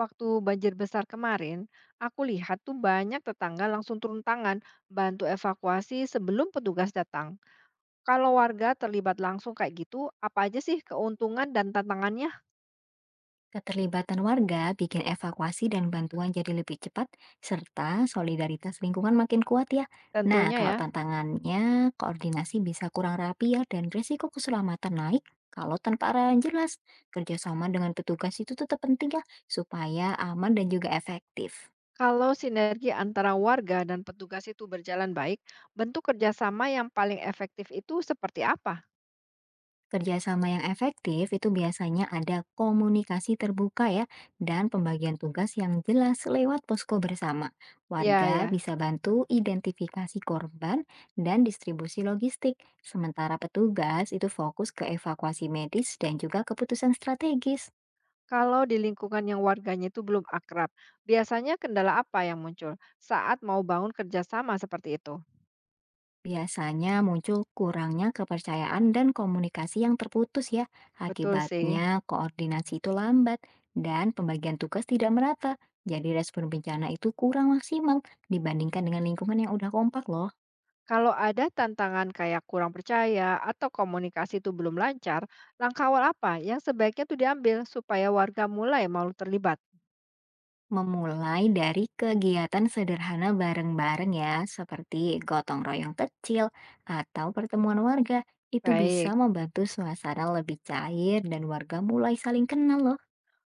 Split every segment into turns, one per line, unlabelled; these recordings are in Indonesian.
Waktu banjir besar kemarin, aku lihat tuh banyak tetangga langsung turun tangan bantu evakuasi sebelum petugas datang. Kalau warga terlibat langsung kayak gitu, apa aja sih keuntungan dan tantangannya?
Keterlibatan warga bikin evakuasi dan bantuan jadi lebih cepat, serta solidaritas lingkungan makin kuat ya. Nah,
Tentunya
kalau
ya,
tantangannya, koordinasi bisa kurang rapi ya, dan risiko keselamatan naik kalau tanpa arah yang jelas. Kerjasama dengan petugas itu tetap penting ya, supaya aman dan juga efektif.
kalau sinergi antara warga dan petugas itu berjalan baik, bentuk kerjasama yang paling efektif itu seperti apa?
Kerjasama yang efektif itu biasanya ada komunikasi terbuka ya dan pembagian tugas yang jelas lewat posko bersama.
Ya
Warga
ya,
bisa bantu identifikasi korban dan distribusi logistik, sementara petugas itu fokus ke evakuasi medis dan juga keputusan strategis.
kalau di lingkungan yang warganya itu belum akrab, biasanya kendala apa yang muncul saat mau bangun kerjasama seperti itu?
Biasanya muncul kurangnya kepercayaan dan komunikasi yang terputus ya.
Betul sih.
Akibatnya koordinasi itu lambat dan pembagian tugas tidak merata. Jadi respon bencana itu kurang maksimal dibandingkan dengan lingkungan yang udah kompak loh.
Kalau ada tantangan kayak kurang percaya atau komunikasi itu belum lancar, langkah awal apa yang sebaiknya tuh diambil supaya warga mulai mau terlibat?
Memulai dari kegiatan sederhana bareng-bareng ya, seperti gotong royong kecil atau pertemuan warga, itu bisa
Baik,
membantu suasana lebih cair dan warga mulai saling kenal loh.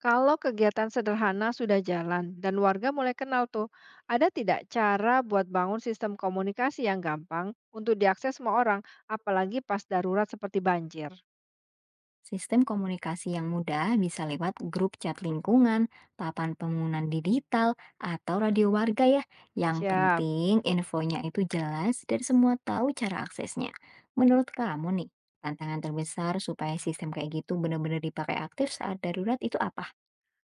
kalau kegiatan sederhana sudah jalan dan warga mulai kenal tuh, ada tidak cara buat bangun sistem komunikasi yang gampang untuk diakses semua orang, apalagi pas darurat seperti banjir?
Sistem komunikasi yang mudah bisa lewat grup chat lingkungan, papan pengumuman digital, atau radio warga ya. Yang
Siap.
penting infonya itu jelas dan semua tahu cara aksesnya. Menurut kamu nih, tantangan terbesar supaya sistem kayak gitu benar-benar dipakai aktif saat darurat itu apa?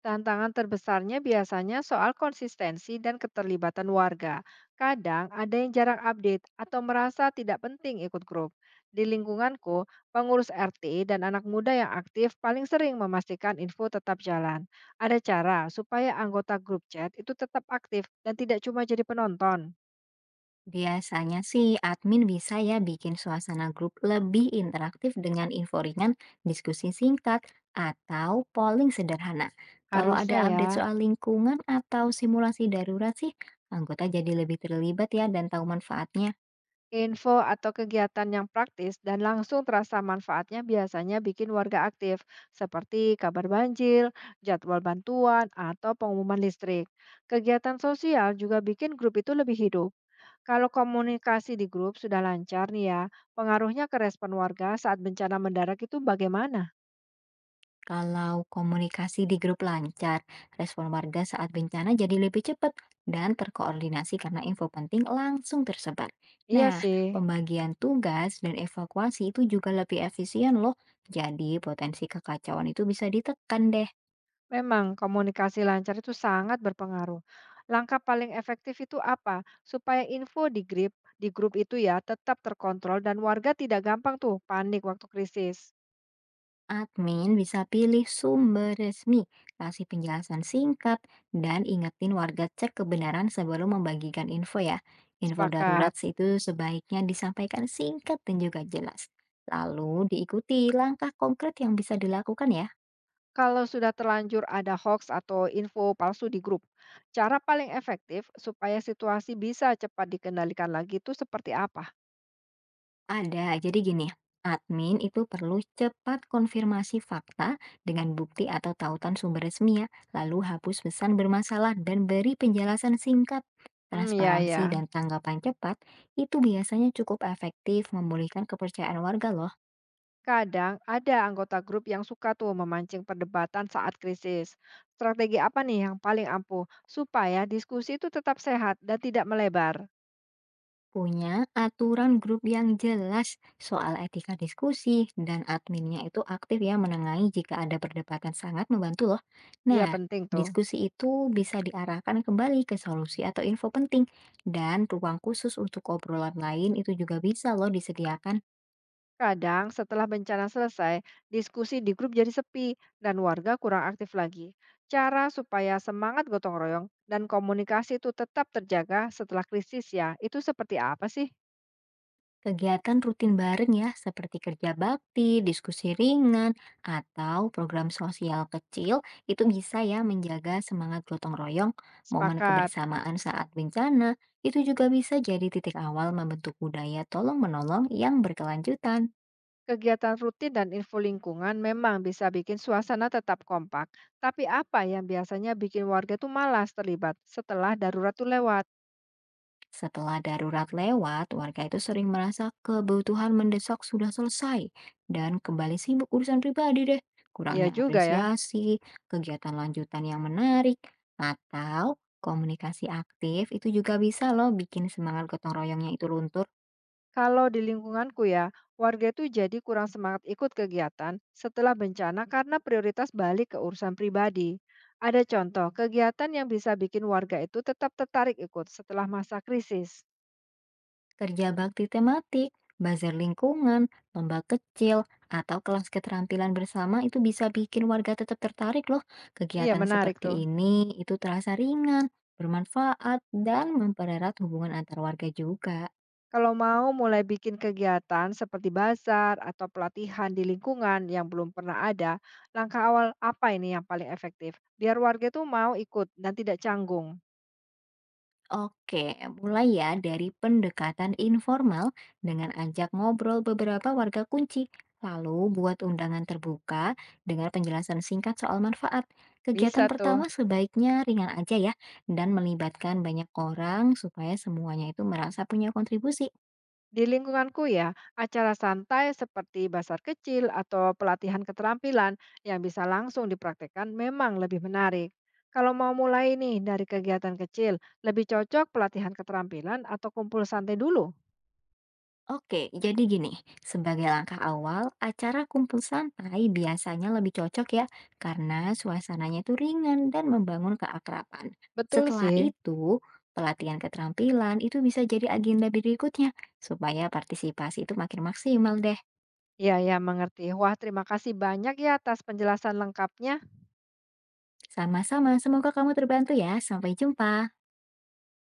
Tantangan terbesarnya biasanya soal konsistensi dan keterlibatan warga. Kadang ada yang jarang update atau merasa tidak penting ikut grup. Di lingkunganku, pengurus RT dan anak muda yang aktif paling sering memastikan info tetap jalan. Ada cara supaya anggota grup chat itu tetap aktif dan tidak cuma jadi penonton.
Biasanya sih admin bisa ya bikin suasana grup lebih interaktif dengan info ringan, diskusi singkat, atau polling sederhana. Kalau ada
Harusnya ya.
update soal lingkungan atau simulasi darurat sih, anggota jadi lebih terlibat ya dan tahu manfaatnya.
Info atau kegiatan yang praktis dan langsung terasa manfaatnya biasanya bikin warga aktif, seperti kabar banjir, jadwal bantuan, atau pengumuman listrik. Kegiatan sosial juga bikin grup itu lebih hidup. Kalau komunikasi di grup sudah lancar nih ya, pengaruhnya ke respon warga saat bencana mendarat itu bagaimana?
Kalau komunikasi di grup lancar, respon warga saat bencana jadi lebih cepat dan terkoordinasi karena info penting langsung tersebar.
Iya
Nah,
sih.
pembagian tugas dan evakuasi itu juga lebih efisien loh. Jadi potensi kekacauan itu bisa ditekan deh.
Memang komunikasi lancar itu sangat berpengaruh. Langkah paling efektif itu apa? Supaya info di grup itu ya tetap terkontrol dan warga tidak gampang tuh panik waktu krisis.
Admin bisa pilih sumber resmi, kasih penjelasan singkat, dan ingetin warga cek kebenaran sebelum membagikan info ya. Info
Sepakat.
darurat sih itu sebaiknya disampaikan singkat dan juga jelas. Lalu diikuti langkah konkret yang bisa dilakukan ya.
Kalau sudah terlanjur ada hoax atau info palsu di grup, cara paling efektif supaya situasi bisa cepat dikendalikan lagi itu seperti apa?
Ada, jadi gini, admin itu perlu cepat konfirmasi fakta dengan bukti atau tautan sumber resmi ya, lalu hapus pesan bermasalah dan beri penjelasan singkat.
Hmm, ya
Transparansi
ya.
dan tanggapan cepat itu biasanya cukup efektif memulihkan kepercayaan warga loh.
Kadang ada anggota grup yang suka tuh memancing perdebatan saat krisis. Strategi apa nih yang paling ampuh supaya diskusi itu tetap sehat dan tidak melebar?
Punya aturan grup yang jelas soal etika diskusi dan adminnya itu aktif ya menengahi jika ada perdebatan sangat membantu loh.
Ya
Nah,
penting tuh.
diskusi itu bisa diarahkan kembali ke solusi atau info penting dan ruang khusus untuk obrolan lain itu juga bisa loh disediakan.
Kadang setelah bencana selesai, diskusi di grup jadi sepi dan warga kurang aktif lagi. Cara supaya semangat gotong royong dan komunikasi itu tetap terjaga setelah krisis ya, itu seperti apa sih?
Kegiatan rutin bareng ya, seperti kerja bakti, diskusi ringan, atau program sosial kecil, itu bisa ya menjaga semangat gotong royong, momen
Sepakat.
kebersamaan saat bencana, itu juga bisa jadi titik awal membentuk budaya tolong-menolong yang berkelanjutan.
Kegiatan rutin dan info lingkungan memang bisa bikin suasana tetap kompak, tapi apa yang biasanya bikin warga tuh malas terlibat setelah darurat tuh lewat?
Setelah darurat lewat, warga itu sering merasa kebutuhan mendesak sudah selesai dan kembali sibuk urusan pribadi deh.
Iya
Kurangnya
juga ya.
apresiasi, kegiatan lanjutan yang menarik, atau komunikasi aktif itu juga bisa loh bikin semangat gotong royongnya itu luntur.
Kalau di lingkunganku ya, warga tuh jadi kurang semangat ikut kegiatan setelah bencana karena prioritas balik ke urusan pribadi. Ada contoh kegiatan yang bisa bikin warga itu tetap tertarik ikut setelah masa krisis.
Kerja bakti tematik, bazar lingkungan, lomba kecil, atau kelas keterampilan bersama itu bisa bikin warga tetap tertarik loh.
Iya,
Kegiatan
menarik
seperti
tuh.
ini itu terasa ringan, bermanfaat, dan mempererat hubungan antar warga juga.
Kalau mau mulai bikin kegiatan seperti bazar atau pelatihan di lingkungan yang belum pernah ada, langkah awal apa ini yang paling efektif? Biar warga itu mau ikut dan tidak canggung.
Oke, mulai ya dari pendekatan informal dengan ajak ngobrol beberapa warga kunci. Lalu buat undangan terbuka dengan penjelasan singkat soal manfaat.
Bisa
Kegiatan
tuh.
pertama sebaiknya ringan aja ya dan melibatkan banyak orang supaya semuanya itu merasa punya kontribusi.
Di lingkunganku ya, acara santai seperti bazar kecil atau pelatihan keterampilan yang bisa langsung dipraktekkan memang lebih menarik. Kalau mau mulai nih dari kegiatan kecil, lebih cocok pelatihan keterampilan atau kumpul santai dulu.
Oke, jadi gini, sebagai langkah awal, acara kumpul santai biasanya lebih cocok ya, karena suasananya itu ringan dan membangun keakraban.
Betul
Setelah
sih.
itu, pelatihan keterampilan itu bisa jadi agenda berikutnya, supaya partisipasi itu makin maksimal deh.
Iya ya mengerti. Wah, terima kasih banyak ya atas penjelasan lengkapnya.
Sama-sama, semoga kamu terbantu ya. Sampai jumpa.